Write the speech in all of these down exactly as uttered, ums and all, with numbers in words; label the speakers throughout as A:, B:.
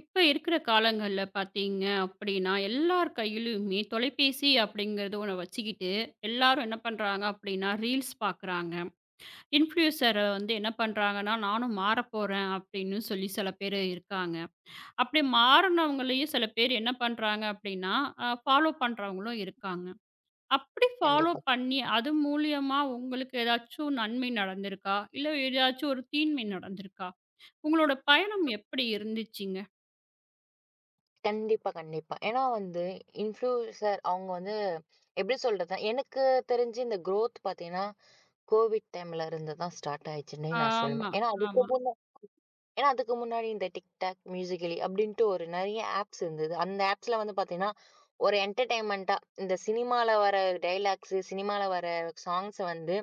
A: இப்ப இருக்கிற காலங்கள்ல பார்த்தீங்க அப்படின்னா, எல்லார் கையிலயுமே தொலைபேசி அப்படிங்கிறது ஒண்ண வச்சுக்கிட்டு, எல்லாரும் என்ன பண்றாங்க அப்படின்னா, ரீல்ஸ் பார்க்குறாங்க. இன்ஃப்ளூயன்சர வந்து என்ன பண்றாங்கன்னா, "நானும் மாறப்போறேன்" அப்படின்னு சொல்லி சில பேரு இருக்காங்க. அப்படி மாறுனவங்களையும் சில பேர் என்ன பண்றாங்க அப்படின்னா, அ ஃபாலோ பண்றவங்களும் இருக்காங்க. அப்படி ஃபாலோ
B: கண்டிப்பா.
A: பண்ணி, அது மூலியமா உங்களுக்கு ஏதாச்சும் நன்மை நடந்திருக்கா? இல்ல ஏதாச்சும் ஒரு தீன்மை நடந்திருக்கா? உங்களோட பயணம் எப்படி இருந்துச்சுங்க?
B: கண்டிப்பா, கண்டிப்பா. ஏன்னா வந்து இன்ஃப்ளூயன்சர் அவங்க வந்து எப்படி சொல்றது? எனக்கு தெரிஞ்சு இந்த குரோத் பார்த்தீங்கன்னா, கோவிட் டைம்ல இருந்து தான் ஸ்டார்ட் ஆயிச்சுன்னே நான் சொல்லுவேன்.
A: ஆமா,
B: ஏன்னா அதுக்கு
A: ஆமா.
B: முன்ன ஏன்னா அதுக்கு முன்னாடி இந்த TikTok, மியூசிகலி அப்படின்ட்டு ஒரு நெறைய ஆப்ஸ் இருந்தது. அந்த ஆப்ஸ்ல வந்து பார்த்தீங்கன்னா, ஒரு என்டர்டெயின்மென்ட்டா இந்த சினிமால வர டயலாக்ஸு, சினிமால வர சாங்ஸ வந்து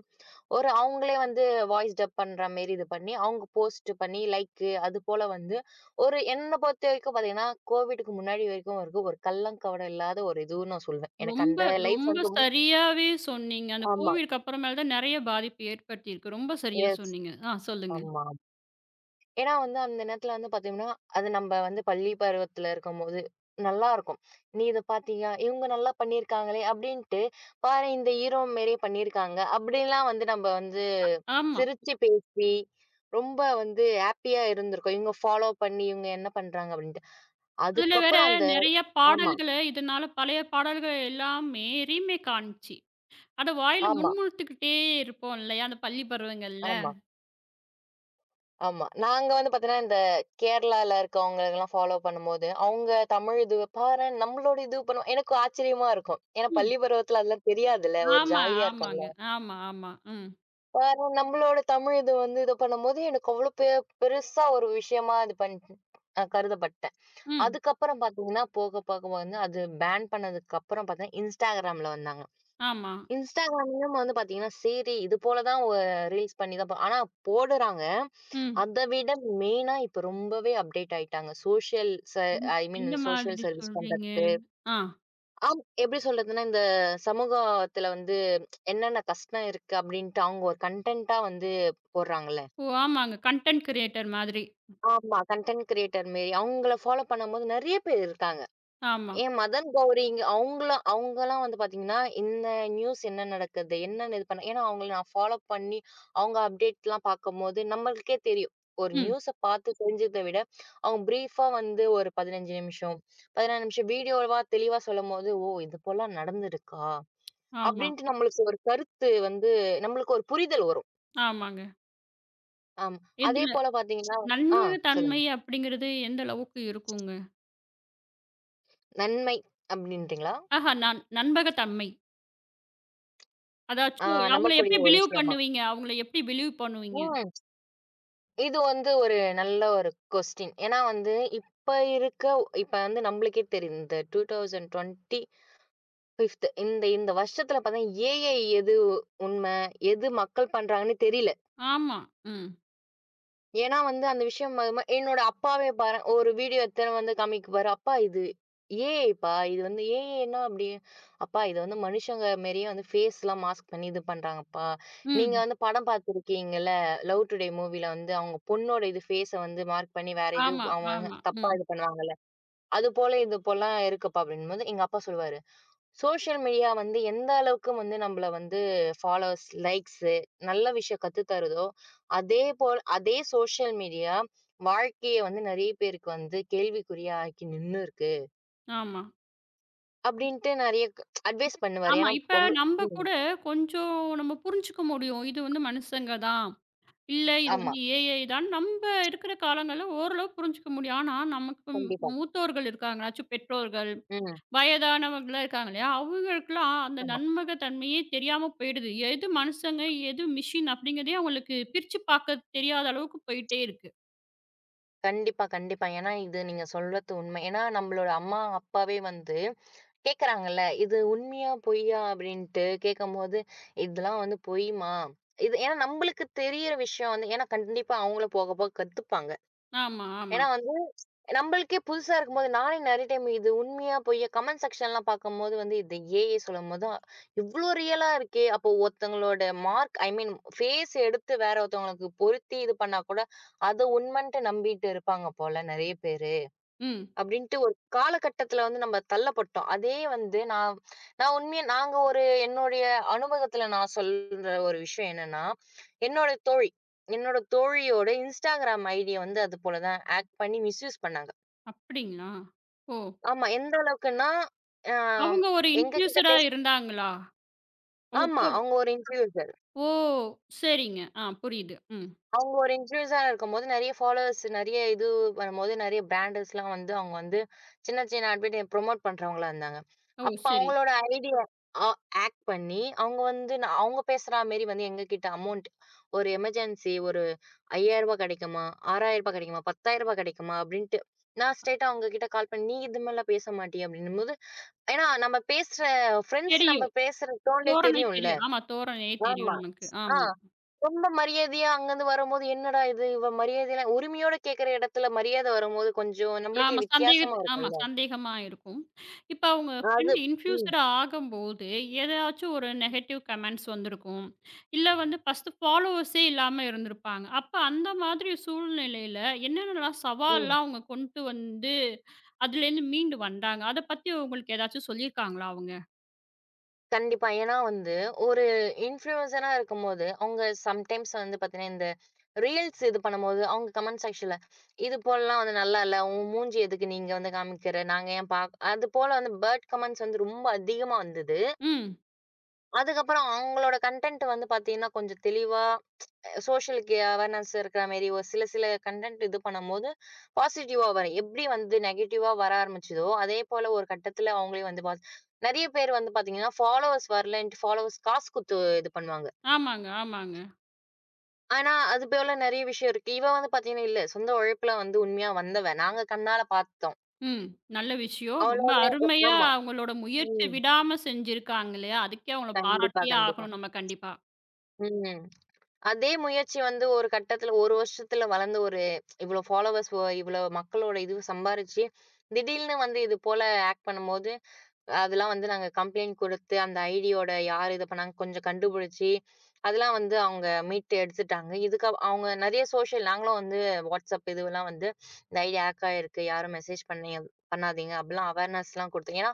B: ஒரு அவங்களே வந்து வாய்ஸ் டப் பண்ற மாரி இது பண்ணி, அவங்க போஸ்ட் பண்ணி லைக் அது போல வந்து ஒரு என்ன பொறுத்தவரைக்கும் பார்த்தீங்கன்னா, கோவிட்க்கு முன்னாடி வரைக்கும் வரைக்கும் ஒரு கள்ளங்கபடம் இல்லாத ஒரு இதுன்னு நான் சொல்வேன். எனக்கு
A: ரொம்ப,
B: அந்த லைஃப்
A: ரொம்ப
B: வந்து
A: சரியாவே சொன்னீங்க. அந்த
B: ஆமா.
A: கோவிட்க்கு அப்புறமேல தான் நெறைய பாதிப்பு ஏற்படுத்தியிருக்கு. ரொம்ப சரியா
B: எஸ்.
A: சொன்னீங்க. ஆ சொல்லுங்க.
B: ஆமா. ஏன்னா வந்து அந்த நேரத்துல வந்து பார்த்தீங்கன்னா, அது நம்ப வந்து பள்ளி பருவத்துல இருக்கும்போது நல்லாருக்கும். "நீ இத பார்த்தியா? இவங்க நல்லா பண்ணியிருக்காங்களே" அப்படின்ட்டு, "பாரேன் இந்த ஹீரோ மாரியே பண்ணியிருக்காங்க" அப்படிலாம் வந்து நம்ப வந்து
A: ஆமா.
B: சிரிச்சு பேசி, ரொம்ப வந்து ஹேப்பியா இருந்திருக்கும். இவங்க ஃபாலோ பண்ணி, இவங்க என்ன பண்றாங்க அப்படின்ட்டு.
A: அதுல வேற
B: அதுக்கப்புறம் அந்த
A: நெறைய
B: ஆமா,
A: பாடல்கள இதனால பழைய பாடல்கள் எல்லாமே ரீமேக் ஆனுச்சு. அத வாயில
B: ஆமா,
A: முணுமுணுத்துக்கிட்டே இருப்போம் இல்லையா? அந்த பள்ளி பருவங்கள்ல.
B: ஆமா, ஆமா. நாங்க வந்து பார்த்தீங்கன்னா, இந்த கேரளால இருக்கவங்களுக்கெல்லாம் ஃபாலோ பண்ணும்போது, அவங்க தமிழ் இது பாரேன் நம்மளோட இது பண்ணுவோம். எனக்கு ஆச்சரியமா இருக்கும். ஏன்னா
A: ம்.
B: பள்ளி பருவத்துல அதெல்லாம் தெரியாதுல்ல. ஒரு
A: ஆமா,
B: ஜாலியா இருக்காங்க.
A: ஆமாங்க. ஆமா, ஆமா. ம்,
B: பாரேன் நம்மளோட தமிழ் இது வந்து இது பண்ணும்போது, எனக்கு அவ்வளோ பெ பெருசா ஒரு விஷயமா இது பண் அ கருதப்பட்டேன்.
A: ம்.
B: அதுக்கப்புறம் பார்த்தீங்கன்னா, போக போக வந்து அது பேன் பண்ணதுக்கு அப்புறம் பார்த்தீங்கன்னா, Instagramல வந்தாங்க.
A: ஆமா.
B: Instagramலயும் வந்து பார்த்தீங்கன்னா, சரி இது போல தான் ஒ ரீல்ஸ் பண்ணி தான் ப ஆனா போடுறாங்க.
A: ம்.
B: அத விட மெயினா இப்ப ரொம்பவே அப்டேட் ஆயிட்டாங்க. சோஷியல் ச
A: ம்.
B: ஐ மீன்
A: எந்த
B: சோஷியல்
A: மாதிரி
B: சர்வீஸ்
A: சொல்றீங்க?
B: பண்றதுக்கு.
A: ஆ.
B: ஆம் எப்படி சொல்றதுன்னா, இந்த சமூகத்துல வந்து என்னென்ன கஷ்டம் இருக்கு அப்படின்ட்டு அவங்க ஒரு கன்டென்ட்டா வந்து போடுறாங்கல்ல.
A: ஓ! ஆமாங்க. கன்டென்ட் கிரியேட்டர் மாதிரி.
B: ஆமா. கன்டென்ட் கிரியேட்டர் மாரி அவங்கள ஃபாலோ பண்ணும்போது நெறைய பேர் இருக்காங்க.
A: ஆமா.
B: ஏன் மதன் கௌரிங் அவங்கலாம் அவங்கலாம் வந்து பார்த்தீங்கன்னா, இந்த நியூஸ் என்ன நடக்குது? என்னன்னு இது பண்ண ஏன்னா அவங்கள நான் ஃபாலோ பண்ணி, அவங்க அப்டேட்லாம் பார்க்கும்போது நம்மளுக்கே தெரியும். ஒரு
A: ம்.
B: நியூஸ பார்த்து தெரிஞ்சத விட, அவங்க பிரீஃபா வந்து ஒரு பதினைந்து நிமிஷம், பதினாறு நிமிஷம் வீடியோவா தெளிவா சொல்லும்போது, "ஓ! இது போலாம் நடந்திருக்கா?"
A: ஆமா.
B: அப்படின்ட்டு நம்மளுக்கு ஒரு கருத்து வந்து நம்மளுக்கு ஒரு புரிதல் வரும்.
A: ஆமாங்க.
B: ஆமா. அதே
A: எதுல?
B: போல பார்த்தீங்கன்னா ஆ சொல்லுங்க.
A: நண்பகத்தன்மை அப்படிங்கிறது எந்த அளவுக்கு இருக்குங்க?
B: நன்மை அப்படின்றீங்களா?
A: ஆஹா நன் நண்பகத்தன்மை.
B: ஆ
A: அதாச்சும் அவங்கள
B: நம்பக்கூடிய
A: எப்படி
B: ஒரு
A: பிலீவ்
B: விஷயமா.
A: பண்ணுவீங்க? அவங்கள எப்படி பிலீவ் பண்ணுவீங்க?
B: ம். இது வந்து ஒரு நல்ல ஒரு கொஸ்டின். ஏன்னா வந்து இப்ப இருக்க இப்ப வந்து நம்மளுக்கே தெரியும். இந்த இரண்டாயிரத்து இருபத்தி ஐந்து இந்த இந்த வருஷத்துல பார்த்தா ஏஐ எது உண்மை? எது மக்கள் பண்றாங்கன்னு தெரியல.
A: ஆமா. ம்.
B: ஏன்னா வந்து அந்த விஷயம் ம ம என்னோட அப்பாவே பாரேன், ஒரு வீடியோ எடுத்துன்னு வந்து காமிக்குப்பாரு. "அப்பா இது ஏஐப்பா. இது வந்து ஏஐன்னா அப்படி அப்பா இது வந்து மனுஷங்க மாரியே வந்து ஃபேஸ்லாம் மாஸ்க் பண்ணி இது பண்றாங்கப்பா. நீங்க
A: ம்.
B: வந்து படம் பார்த்துருக்கீங்கல்ல, 'லவ் டுடே' மூவில வந்து அவங்க பொண்ணோட இது ஃபேஸ வந்து மார்க் பண்ணி வேற
A: ஆமா,
B: எதுவும் அவங்க
A: ஆமா.
B: தப்பா
A: ம்.
B: இது பண்ணுவாங்கல்ல. அது போல இது போலாம் இருக்குப்பா" அப்படின்னும்போது எங்க அப்பா சொல்லுவாரு. சோஷியல் மீடியா வந்து எந்த அளவுக்கு வந்து நம்மள வந்து ஃபாலோவர்ஸ், லைக்ஸ் நல்ல விஷயம் கத்து தருதோ, அதே போல் அதே சோஷியல் மீடியா வாழ்க்கைய வந்து நெறைய பேருக்கு வந்து கேள்விக்குறியா ஆக்கி நின்னு இருக்கு.
A: ஆமா.
B: அப்படின்ட்டு நெறைய அட்வைஸ் பண்ணுவாரு.
A: ஆமா.
B: ஏன்னா
A: இப்ப
B: பொம்பள
A: நம்ப
B: ம்.
A: கூட கொஞ்சம் நம்ம புரிஞ்சுக்க முடியும். இது வந்து மனுஷங்க தான். இல்ல இது
B: ஆமா.
A: வந்து ஏஐ தான். நம்ப இருக்கிற காலங்கள்ல ஓரளவு புரிஞ்சுக்க முடியும். ஆனா, நமக்கு
B: கண்டிப்பா.
A: மூத்தோர்கள் இருக்காங்களாச்சும் பெற்றோர்கள்
B: ம்.
A: வயதானவங்கலாம் இருக்காங்க இல்லையா? அவங்களுக்குலாம் அந்த
B: ஆமா.
A: நன்மக தன்மையே தெரியாம போயிடுது. எது மனுஷங்க, எது மிஷின் அப்படிங்கிறதே அவங்களுக்கு பிரிச்சு பார்க்க தெரியாத அளவுக்கு போயிட்டே இருக்கு.
B: கண்டிப்பா, கண்டிப்பா. ஏன்னா இது நீங்க சொல்றது உண்மை. ஏன்னா நம்மளோட அம்மா, அப்பாவே வந்து கேட்கறாங்கல்ல. இது உண்மையா? பொய்யா? அப்படின்ட்டு கேட்கும்போது, இதெல்லாம் வந்து பொய்ம்மா. இது ஏன்னா நம்பளுக்கு தெரியிற விஷயம் வந்து ஏன்னா கண்டிப்பா அவங்களும் போக போக கத்துப்பாங்க.
A: ஆமா, ஆமா.
B: ஏன்னா வந்து நம்பளுக்கே புதுசா இருக்கும்போது நானே நெறைய டைம் இது உண்மையா? பொய்யா? கமெண்ட் செக்ஷன்லாம் பார்க்கும்போது வந்து இது ஏஐ சொல்லும்போது தான், இவ்ளோ ரியலா இருக்கே! அப்போ ஒருத்தவங்களோட மார்க் ஐ மீன் ஃபேஸ் எடுத்து வேற ஒருத்தவங்களுக்கு பொருத்தி இது பண்ணா கூட, அத உண்மைன்ட்டு நம்பிட்டு இருப்பாங்க போல நெறைய பேர்.
A: ம்.
B: அப்படின்ட்டு ஒரு காலகட்டத்துல வந்து நம்ம தள்ளப்பட்டோம். அதே வந்து நான் நான் உண்மையா நாங்க ஒரு என்னுடைய அனுபவத்துல நான் சொல்ற ஒரு விஷயம் என்னன்னா, என்னோட தோழி என்னோட தோழியோட Instagram ஐடிய வந்து அது போல தான் ஹேக் பண்ணி மிஸ்யூஸ் பண்ணாங்க.
A: அப்படிங்களா? ஓ!
B: ஆமா. எந்த அளவுக்குன்னா, அ
A: அவங்க ஒரு
B: எங்ககிட்ட
A: இன்ஃப்ளூயன்ஸரா
B: பேச
A: இருந்தாங்களா? அவங்க
B: ஆமா.
A: தோழ்
B: அவங்க ஒரு இன்ஃப்ளூயன்சர்.
A: ஓ! சரிங்க. ஆ புரியுது. ம்.
B: அவங்க ஒரு இன்ஃப்ளூயன்ஸரா இருக்கும்போது நெறைய ஃபாலோவர்ஸ் நெறைய இது வரும்போது, நெறைய பிராண்டர்ஸ்லாம் வந்து அவங்க வந்து சின்ன சின்ன அட்வர்டைஸ் ப்ரொமோட் பண்றவங்களா இருந்தாங்க.
A: ஓ!
B: அப்ப
A: சரி.
B: அவங்களோட ஐடியா ஆ ஆக்ட் பண்ணி அவங்க வந்து நான் அவங்க பேசுறா மாரி வந்து எங்ககிட்ட அமௌண்ட் ஒரு எமர்ஜென்சி ஒரு ரூ. ஐந்தாயிரம் கிடைக்குமா? ரூ. ஆறாயிரம் கிடைக்குமா? ரூ. பத்தாயிரம் கிடைக்குமா? அப்டின்ட்டு நான் ஸ்ட்ரெய்ட்டா அவங்க கிட்ட கால் பண்ணி, நீ இது மாரிலாம் பேச மாட்டியே அப்டின்னும்போது ஏன்னா நம்ம பேசுற ஃப்ரெண்ட்ஸ் நம்ம
A: தெரியும்.
B: பேசுற டோன்லயே
A: தோரணை
B: தெரியும்ல.
A: தெரியும். ஆமா, தோரணை
B: ஆமா.
A: தெரியும் நமக்கு.
B: ஆ.
A: ஆமா.
B: ரொம்ப மரியாதையா அங்கருந்து வரும்போது, என்னடா இது இவ மரியாதைலாம் உரிமையோட கேட்கிற இடத்துல மரியாதை வரும்போது கொஞ்சம் நம்மளுக்கே
A: ஆமா. சந்தேகத்து
B: வித்தியாசமா
A: ஆமா.
B: இருக்கும்ல.
A: சந்தேகமா இருக்கும். இப்ப அவங்க
B: அது
A: ஃப்ரெண்ட்
B: ம்,
A: இன்ஃப்யூசர் ஆகம்போது, ஏதாச்சும் ஒரு நெகட்டிவ் கமெண்ட்ஸ் வந்திருக்கும். இல்ல வந்து ஃபர்ஸ்ட் ஃபாலோவர்ஸே இல்லாம இருந்திருப்பாங்க. அப்ப அந்த மாதிரி சூழ்நிலையில என்னென்னலாம்
B: ம்.
A: சவால்லாம் அவங்க கொண்டு வந்து, அதுலேருந்து மீண்டு வந்தாங்க? அத பத்தி உங்களுக்கு ஏதாச்சும் சொல்லியிருக்காங்களா அவங்க?
B: கண்டிப்பா. ஏன்னா வந்து ஒரு இன்ஃப்ளூயன்சரா இருக்கும்போது, அவங்க சம்டைம்ஸ் வந்து பார்த்தீங்கன்னா, இந்த ரீல்ஸ் இது பண்ணும்போது, அவங்க கமெண்ட் செக்ஷன்ல இது போலலாம் வந்து நல்லா இல்ல. உன் மூஞ்சி எதுக்கு நீங்க வந்து காமிக்கிற? நாங்க ஏன் பாக் அது போல வந்து பேட் கமெண்ட்ஸ் வந்து ரொம்ப அதிகமா வந்தது.
A: ம்.
B: அதுக்கப்புறம் அவங்களோட கன்டென்ட் வந்து பார்த்தீங்கன்னா, கொஞ்சம் தெளிவா சோஷியலுக்கு அவேர்னஸ் இருக்கிற மாரி ஒரு சில சில கன்டென்ட் இது பண்ணும்போது, பாசிட்டிவா வரும். எப்படி வந்து நெகட்டிவா வர ஆரம்பிச்சதோ, அதே போல ஒரு கட்டத்தில அவங்களே வந்து பாத் நெறைய பேர் வந்து பார்த்தீங்கன்னா, ஃபாலோவர்ஸ் வரலன்ட்டு ஃபாலோவர்ஸ் காசு குடுத்து இது பண்ணுவாங்க.
A: ஆமாங்க, ஆமாங்க.
B: ஆனா, அது போல நெறைய விஷயம் இருக்கு. இவ வந்து பார்த்தீங்கன்னா, இல்ல சொந்த உழைப்புல வந்து உண்மையா வந்தவ. நாங்க கண்ணால பார்த்தோம்.
A: ம். நல்ல விஷயம். ரொம்ப
B: அவளோட
A: அருமையா
B: ஆமா.
A: அவங்களோட முயற்சி
B: ம்.
A: விடாம செஞ்சிருக்காங்க இல்லையா? அதுக்கே அவங்கள
B: கண்டிப்பா,
A: பாராட்டியே
B: கண்டிப்பா.
A: ஆகணும் நம்ம கண்டிப்பா.
B: ம். அதே முயற்சி வந்து ஒரு கட்டத்துல ஒரு வருஷத்துல வளர்ந்து ஒரு இவ்ளோ ஃபாலோவர்ஸ் இவ்ளோ மக்களோட இது சம்பாரிச்சு, திடீல்னு வந்து இது போல ஆக்ட் பண்ணும்போது, அதெல்லாம் வந்து நாங்க கம்ப்ளைண்ட் குடுத்து, அந்த ஐடியோட யார் இது பண்ணாங்க கொஞ்சம் கண்டுபிடிச்சு, அதெல்லாம் வந்து அவங்க மீட்டு எடுத்துட்டாங்க. இதுக்கு அப்~ அவங்க நெறைய சோசியல் நாங்களும் வந்து WhatsApp இதுவெல்லாம் வந்து இந்த ஐடி ஹேக் ஆயிருக்கு. யாரும் மெசேஜ் பண்ணி பண்ணாதீங்க. அப்படிலாம் அவேர்னஸ்லாம் குடுத்தோம். ஏன்னா,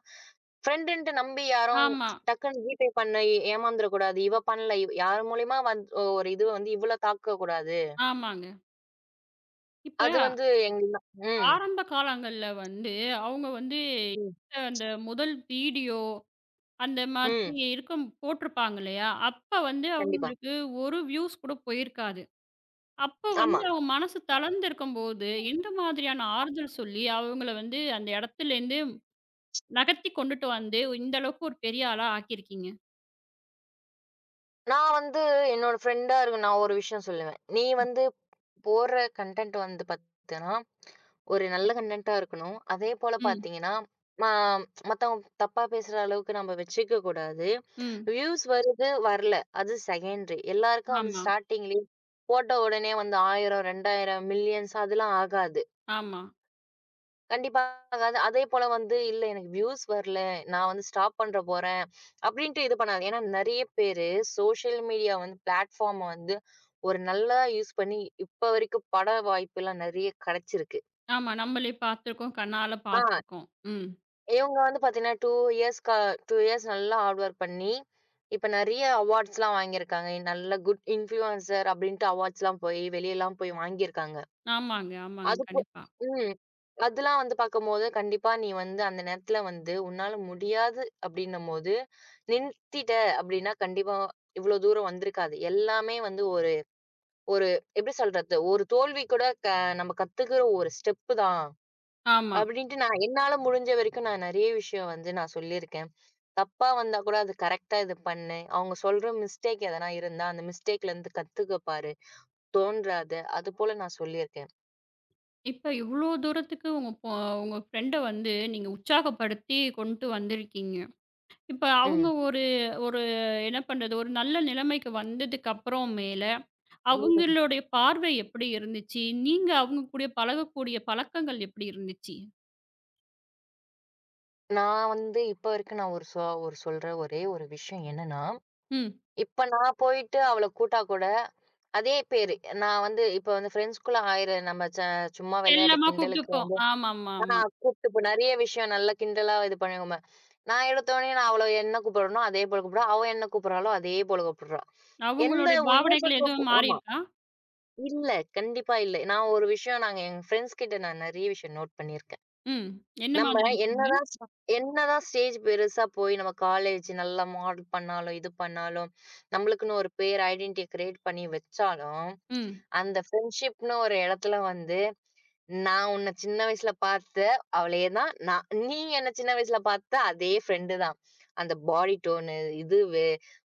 B: ஃப்ரெண்டுன்ட்டு நம்பி யாரும்
A: ஆமா.
B: டக்குன்னு ஜிபே பண்ண ஏமாந்துறக்கூடாது. இவ பண்ணல. இவ் யார் மூலியமா வந் ஒரு இது வந்து இவ்ளோ தாக்கக்கூடாது.
A: ஆமாங்க. இப்ப
B: அது வந்து எங்க ம்.
A: ஆரம்ப காலங்கள்ல வந்து, அவங்க வந்து
B: ம்.
A: அந்த முதல் வீடியோ அந்த மாதிரி
B: ம்.
A: இருக்கும் போட்டிருப்பாங்க இல்லையா? அப்ப வந்து ம்.
B: கண்டிப்பா.
A: அவங்களுக்கு ஒரு வியூஸ் கூட போயிருக்காது. அப்ப வந்து
B: ஆமா.
A: அவங்க மனசு தளர்ந்திருக்கும்போது, எந்த மாதிரியான ஆறுதல் சொல்லி அவங்கள வந்து அந்த இடத்துலேருந்து நகர்த்தி கொண்டுட்டு வந்து, இந்த அளவுக்கு ஒரு பெரிய ஆளா ஆக்கியிருக்கீங்க?
B: நான் வந்து என்னோட ஃப்ரெண்டா இருக்கு நான் ஒரு விஷயம் சொல்லுவேன். நீ வந்து போடுற கன்டென்ட் வந்து பார்த்தீன்னா, ஒரு நல்ல கன்டென்ட்டா இருக்கணும். அதே போல
A: ம்,
B: பார்த்தீங்கன்னா, மா மத்தவங்க தப்பா பேசுற அளவுக்கு நம்ம வச்சுக்க கூடாது.
A: ம்.
B: வியூஸ் வருது, வரல அது செகண்டரி. எல்லாருக்கும் வந்து
A: ஆமா,
B: ஸ்டார்ட்டிங்லயே போட்ட உடனே வந்து ஆயிரம், இரண்டாயிரம், மில்லியன்ஸ் அதெல்லாம் ஆகாது.
A: ஆமா,
B: கண்டிப்பா ஆகாது. அதே போல வந்து இல்ல எனக்கு வியூஸ் வரல. நான் வந்து ஸ்டாப் பண்ற போறேன் அப்படின்ட்டு இது பண்ணாது. ஏன்னா நெறைய பேரு சோசியல் மீடியா வந்து பிளாட்ஃபார்ம வந்து ஒரு நல்லா யூஸ் பண்ணி இப்ப வரைக்கும் பட வாய்ப்புலாம் நெறைய கெடைச்சிருக்கு.
A: ஆமா. நம்மளே பார்த்துருக்கோம். கண்ணால
B: ஆ.
A: பார்த்துருக்கோம். ம்.
B: இவங்க வந்து பார்த்தீங்கன்னா, ரெண்டு இயர்ஸ்க்கு ரெண்டு இயர்ஸ் நல்லா ஹார்ட் ஒர்க் பண்ணி, இப்ப நெறைய அவார்ட்ஸ்லாம் வாங்கியிருக்காங்க. நல்ல குட் இன்ஃப்ளூயன்சர் அப்டின்ட்டு அவார்ட்ஸ்லாம் போய் வெளியலாம் போய் வாங்கியிருக்காங்க.
A: ஆமாங்க, ஆமாங்க.
B: அதுக்கு
A: கண்டிப்பா.
B: ம். அதெல்லாம் வந்து பார்க்கும்போது, கண்டிப்பா நீ வந்து அந்த நேரத்துல வந்து உன்னால முடியாது அப்டின்னும்போது, நிறுத்திட்ட அப்டின்னா கண்டிப்பா இவ்ளோ தூரம் வந்திருக்காது. எல்லாமே வந்து ஒரு ஒரு எப்டி சொல்றது? ஒரு தோல்வி கூட க நம்ம கத்துக்கிற ஒரு ஸ்டெப்பு தான்.
A: ஆமா.
B: அப்படின்ட்டு நான் என்னால முடிஞ்ச வரைக்கும் நான் நெறைய விஷயம் வந்து நான் சொல்லியிருக்கேன். தப்பா வந்தா கூட அது கரெக்ட்டா இது பண்ணு. அவங்க சொல்ற மிஸ்டேக் எதனா இருந்தா, அந்த மிஸ்டேக்ல இருந்து கத்துக்க பாரு. தோன்றாத. அதுபோல நான் சொல்லியிருக்கேன்.
A: இப்ப இவ்ளோ தூரத்துக்கு உங்க பொ உங்க ஃப்ரெண்ட வந்து நீங்க உற்சாகப்படுத்தி கொண்டு வந்திருக்கீங்க. இப்ப அவங்க
B: ம்.
A: ஒரு ஒரு என்ன பண்றது? ஒரு நல்ல நிலைமைக்கு வந்ததுக்கு அப்புறம் மேல,
B: ம்.
A: அவங்களுடைய பார்வை எப்படி இருந்துச்சு? நீங்க அவங்க கூட பழகக்கூடிய பழக்கங்கள் எப்படி இருந்துச்சு?
B: நான் வந்து இப்ப வரைக்கும் நான் ஒரு சொ ஒரு சொல்ற ஒரே ஒரு விஷயம் என்னன்னா,
A: ம்.
B: இப்ப நான் போயிட்டு அவள கூட்டா கூட, அதே பேரு. நான் வந்து இப்ப வந்து ஃப்ரெண்ட்ஸ்குள்ள ஆயிர நம்ம ச சும்மா விளையாட்டு
A: செல்லமா கூப்பிட்டு
B: கிண்டலுக்கு
A: போ
B: ஆ
A: ஆமாமாமா.
B: கூப்பிட்டு போ நெறைய விஷயம் நல்லா கிண்டலா இது பண்ணுவோமே. நான் எடுத்தோனே நான் அவள என்ன கூப்பிடுறனோ அதே போல கூப்பிடுறா. அவ என்ன கூப்பிடுறாளோ அதே போல கூப்பிடுறா. எந்த
A: அவங்களுடைய
B: உயர்
A: பாவனைகள்
B: வகுப்பு
A: எதுவும்
B: ஆமா.
A: மாறியிருக்கா?
B: இல்ல. கண்டிப்பா இல்ல. நான் ஒரு விஷயம் நாங்க எங்க ஃப்ரெண்ட்ஸ் கிட்ட நான் நெறைய விஷயம் நோட் பண்ணியிருக்கேன்.
A: ம். என்ன
B: நம்ம
A: மாதிரி விஷயங்கள்?
B: என்னதான் ஸ் என்னதான் ஸ்டேஜ் பெருசா போய் நம்ம காலேஜ் நல்லா மாடல் பண்ணாலும், இது பண்ணாலும், நம்மளுக்குன்னு ஒரு பேர் ஐடென்டிட்டி கிரியேட் பண்ணி வச்சாலும்,
A: ம்.
B: அந்த ஃப்ரெண்ட்ஷிப்ன்னு ஒரு இடத்துல வந்து நான் உன்ன சின்ன வயசுல பார்த்த அவளே தான். நான் நீ என்ன சின்ன வயசுல பார்த்த அதே ஃப்ரெண்டு தான். அந்த பாடி டோனு, இது வே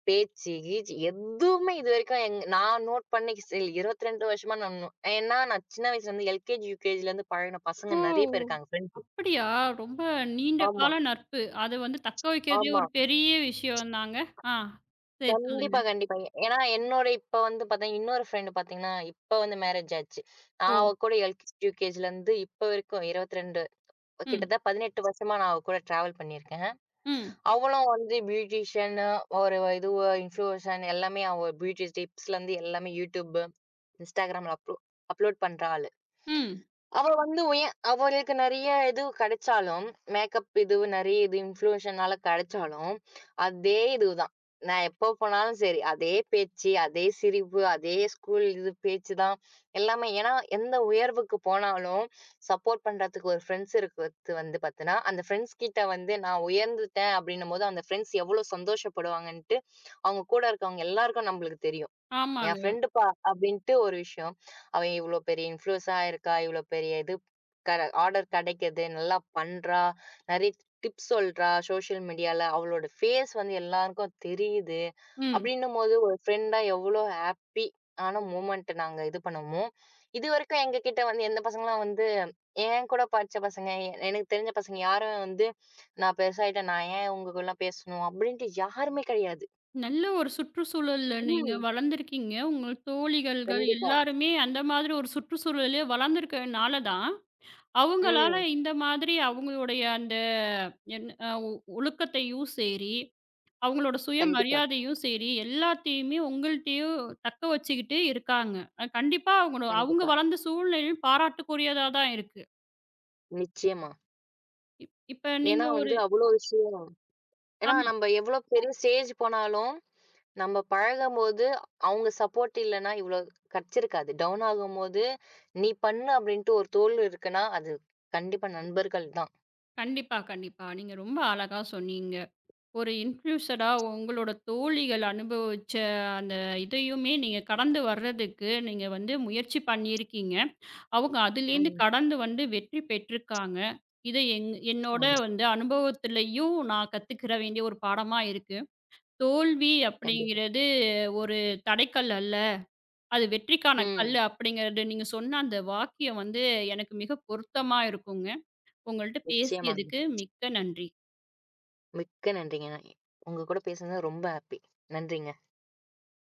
B: பேச்சு, கீச்சு எதுவுமே இதுவரைக்கும் எங் நான் நோட் பண்ணி சரி இருபத்தி இரண்டு வருஷமா நான் நோ ஏன்னா நான் சின்ன வயசுலேருந்து எல்கேஜி, யூகேஜிலேருந்து பழகுன
A: ஓ!
B: பசங்க நெறைய பேர் இருக்காங்க ஃப்ரெண்ட்ஸு.
A: அப்படியா? ரொம்ப நீண்ட
B: ஆமா,
A: கால நட்பு. அது வந்து தக்க வைக்கிறதே
B: ஆமா.
A: ஒரு பெரிய விஷயம்தாங்க. ஆ, சரி சொல்லுங்க.
B: கண்டிப்பா, கண்டிப்பா. ஏ- ஏன்னா என்னோட இப்ப வந்து பார்த்தீங்கன்னா, இன்னொரு ஃப்ரெண்டு பார்த்தீங்கன்னா, இப்ப வந்து மேரேஜ் ஆச்சு. நான் அவ
A: ஓ!
B: கூட எல்கேஜி, யூகேஜிலேருந்து இப்ப வரைக்கும் இருபத்தி இரண்டு
A: ம்,
B: கிட்டத்தட்ட பதினெட்டு வருஷமா நான் அவ கூட ட்ராவல் பண்ணியிருக்கேன்.
A: ம்,
B: அவளும் வந்து பியூட்டிஷியன்னு ஒரு இது இன்ஃப்ளூயன்சர் எல்லாமே அவ பியூட்டி டிப்ஸ்ல இருந்து எல்லாமே யூடியூப், இன்ஸ்டாகிராம்ல அப்லோ அப்லோட் பண்ற ஆளு.
A: ம்.
B: அவ வந்து ஏன் அவளுக்கு நெறைய இது கிடைச்சாலும், மேக்கப் இது நெறைய இது இன்ஃப்ளூயன்ஸ்னால கிடைச்சாலும், அதே இதுதான். நான் எப்போ போனாலும் சரி, அதே பேச்சு, அதே சிரிப்பு, அதே ஸ்கூல் இது பேச்சு தான் எல்லாமே. ஏன்னா எந்த உயர்வுக்கு போனாலும் சப்போர்ட் பண்றதுக்கு ஒரு ஃப்ரெண்ட்ஸ் இருக்கிறது வந்து பார்த்தீன்னா, அந்த ஃப்ரெண்ட்ஸ் கிட்ட வந்து நான் உயர்ந்துட்டேன் அப்படின்னும்போது, அந்த ஃப்ரெண்ட்ஸ் எவ்வளோ சந்தோஷப்படுவாங்கன்ட்டு, அவங்க கூட இருக்கவங்க எல்லாருக்கும் நம்பளுக்கு தெரியும். என்
A: ஆமாங்க.
B: ஃப்ரெண்டுப்பா அப்படின்ட்டு ஒரு விஷயம். அவ இவ்ளோ பெரிய இன்ஃப்ளூயன்ஸா இருக்கா, இவ்ளோ பெரிய இது கர ஆர்டர் கிடைக்குது, நல்லா பண்றா, நெறைய டிப்ஸ் சொல்றா சோசியல் மீடியால. அவளோட ஃபேஸ் வந்து எல்லாருக்கும் தெரியுது.
A: ம்.
B: அப்படின்னும்போது ஒரு ஃப்ரெண்டா எவ்ளோ ஹாப்பி ஆன மூமெண்ட் நாங்க இது பண்ணுவோமோ, இதுவரைக்கும் எங்க கிட்ட வந்து எந்த பசங்களும் வந்து என் கூட படிச்ச பசங்க, எ எனக்கு தெரிஞ்ச பசங்க யாரும் வந்து நான் பெருசாயிட்டேன், நான் ஏன் உங்க கூடலாம் பேசணும் அப்படின்ட்டு யாருமே கிடையாது.
A: நல்ல ஒரு சுற்றுச்சூழல்ல நீங்க
B: ம்.
A: வளர்ந்துருக்கீங்க. உங்கள் தோழிகள்கள்
B: கண்டிப்பா.
A: எல்லாருமே அந்த மாதிரி ஒரு சுற்றுச்சூழல்லே வளர்ந்துருக்கனால தான், அவங்களால
B: ம்.
A: இந்த மாதிரி அவங்களுடைய அந்த என் அ ஒ ஒழுக்கத்தையும் சரி அவங்களோட
B: கண்டிப்பா.
A: சுயமரியாதையும் சரி, எல்லாத்தையுமே உங்கள்ட்டயும் தக்க வச்சுக்கிட்டு இருக்காங்க. அ கண்டிப்பா அவங்களோ அவங்க
B: கண்டிப்பா.
A: வளர்ந்த சூழ்நிலையும் பாராட்டுக்குரியதா தான் இருக்கு.
B: நிச்சயமா.
A: இப் இப்ப
B: ஏன்னா
A: நீங்க ஒரு
B: வந்து அவ்ளோ விஷயம் ஏன்னா
A: ஆமா.
B: நம்ம எவ்ளோ பெரிய ஸ்டேஜ் போனாலும், நம்ம பழகும்போது அவங்க சப்போர்ட் இல்லன்னா இவ்ளோ கெடச்சிருக்காது. டவுன் ஆகும்போது, "நீ பண்ணு" அப்டின்ட்டு ஒரு தோள் இருக்குன்னா, அது கண்டிப்பா நண்பர்கள் தான்.
A: கண்டிப்பா, கண்டிப்பா. நீங்க ரொம்ப அழகா சொன்னீங்க. ஒரு இன்ஃப்ளூயன்ஸரா உங்களோட தோழிகள் அனுபவிச்ச அந்த இதையுமே நீங்க கடந்து வர்றதுக்கு நீங்க வந்து முயற்சி பண்ணியிருக்கீங்க. அவங்க அதுலேருந்து
B: ம்.
A: கடந்து வந்து வெற்றி பெற்றிருக்காங்க. இத என் என்னோட
B: ஆமா.
A: வந்து அனுபவத்திலயும் நான் கத்துக்கிற வேண்டிய ஒரு பாடமா இருக்கு. தோல்வி
B: கண்டிப்பா.
A: அப்படிங்கிறது ஒரு தடைக்கல் அல்ல. அது வெற்றிக்கான
B: ம்.
A: கல்லு அப்படிங்கிறது நீங்க சொன்ன அந்த வாக்கியம் வந்து எனக்கு மிக பொருத்தமா இருக்குங்க. உங்கள்ட்ட
B: நிச்சயமாங்க.
A: பேசியதுக்கு மிக்க நன்றி.
B: மிக்க நன்றிங்க. நான் உங்க கூட பேசுனது ரொம்ப ஹாப்பி. நன்றிங்க.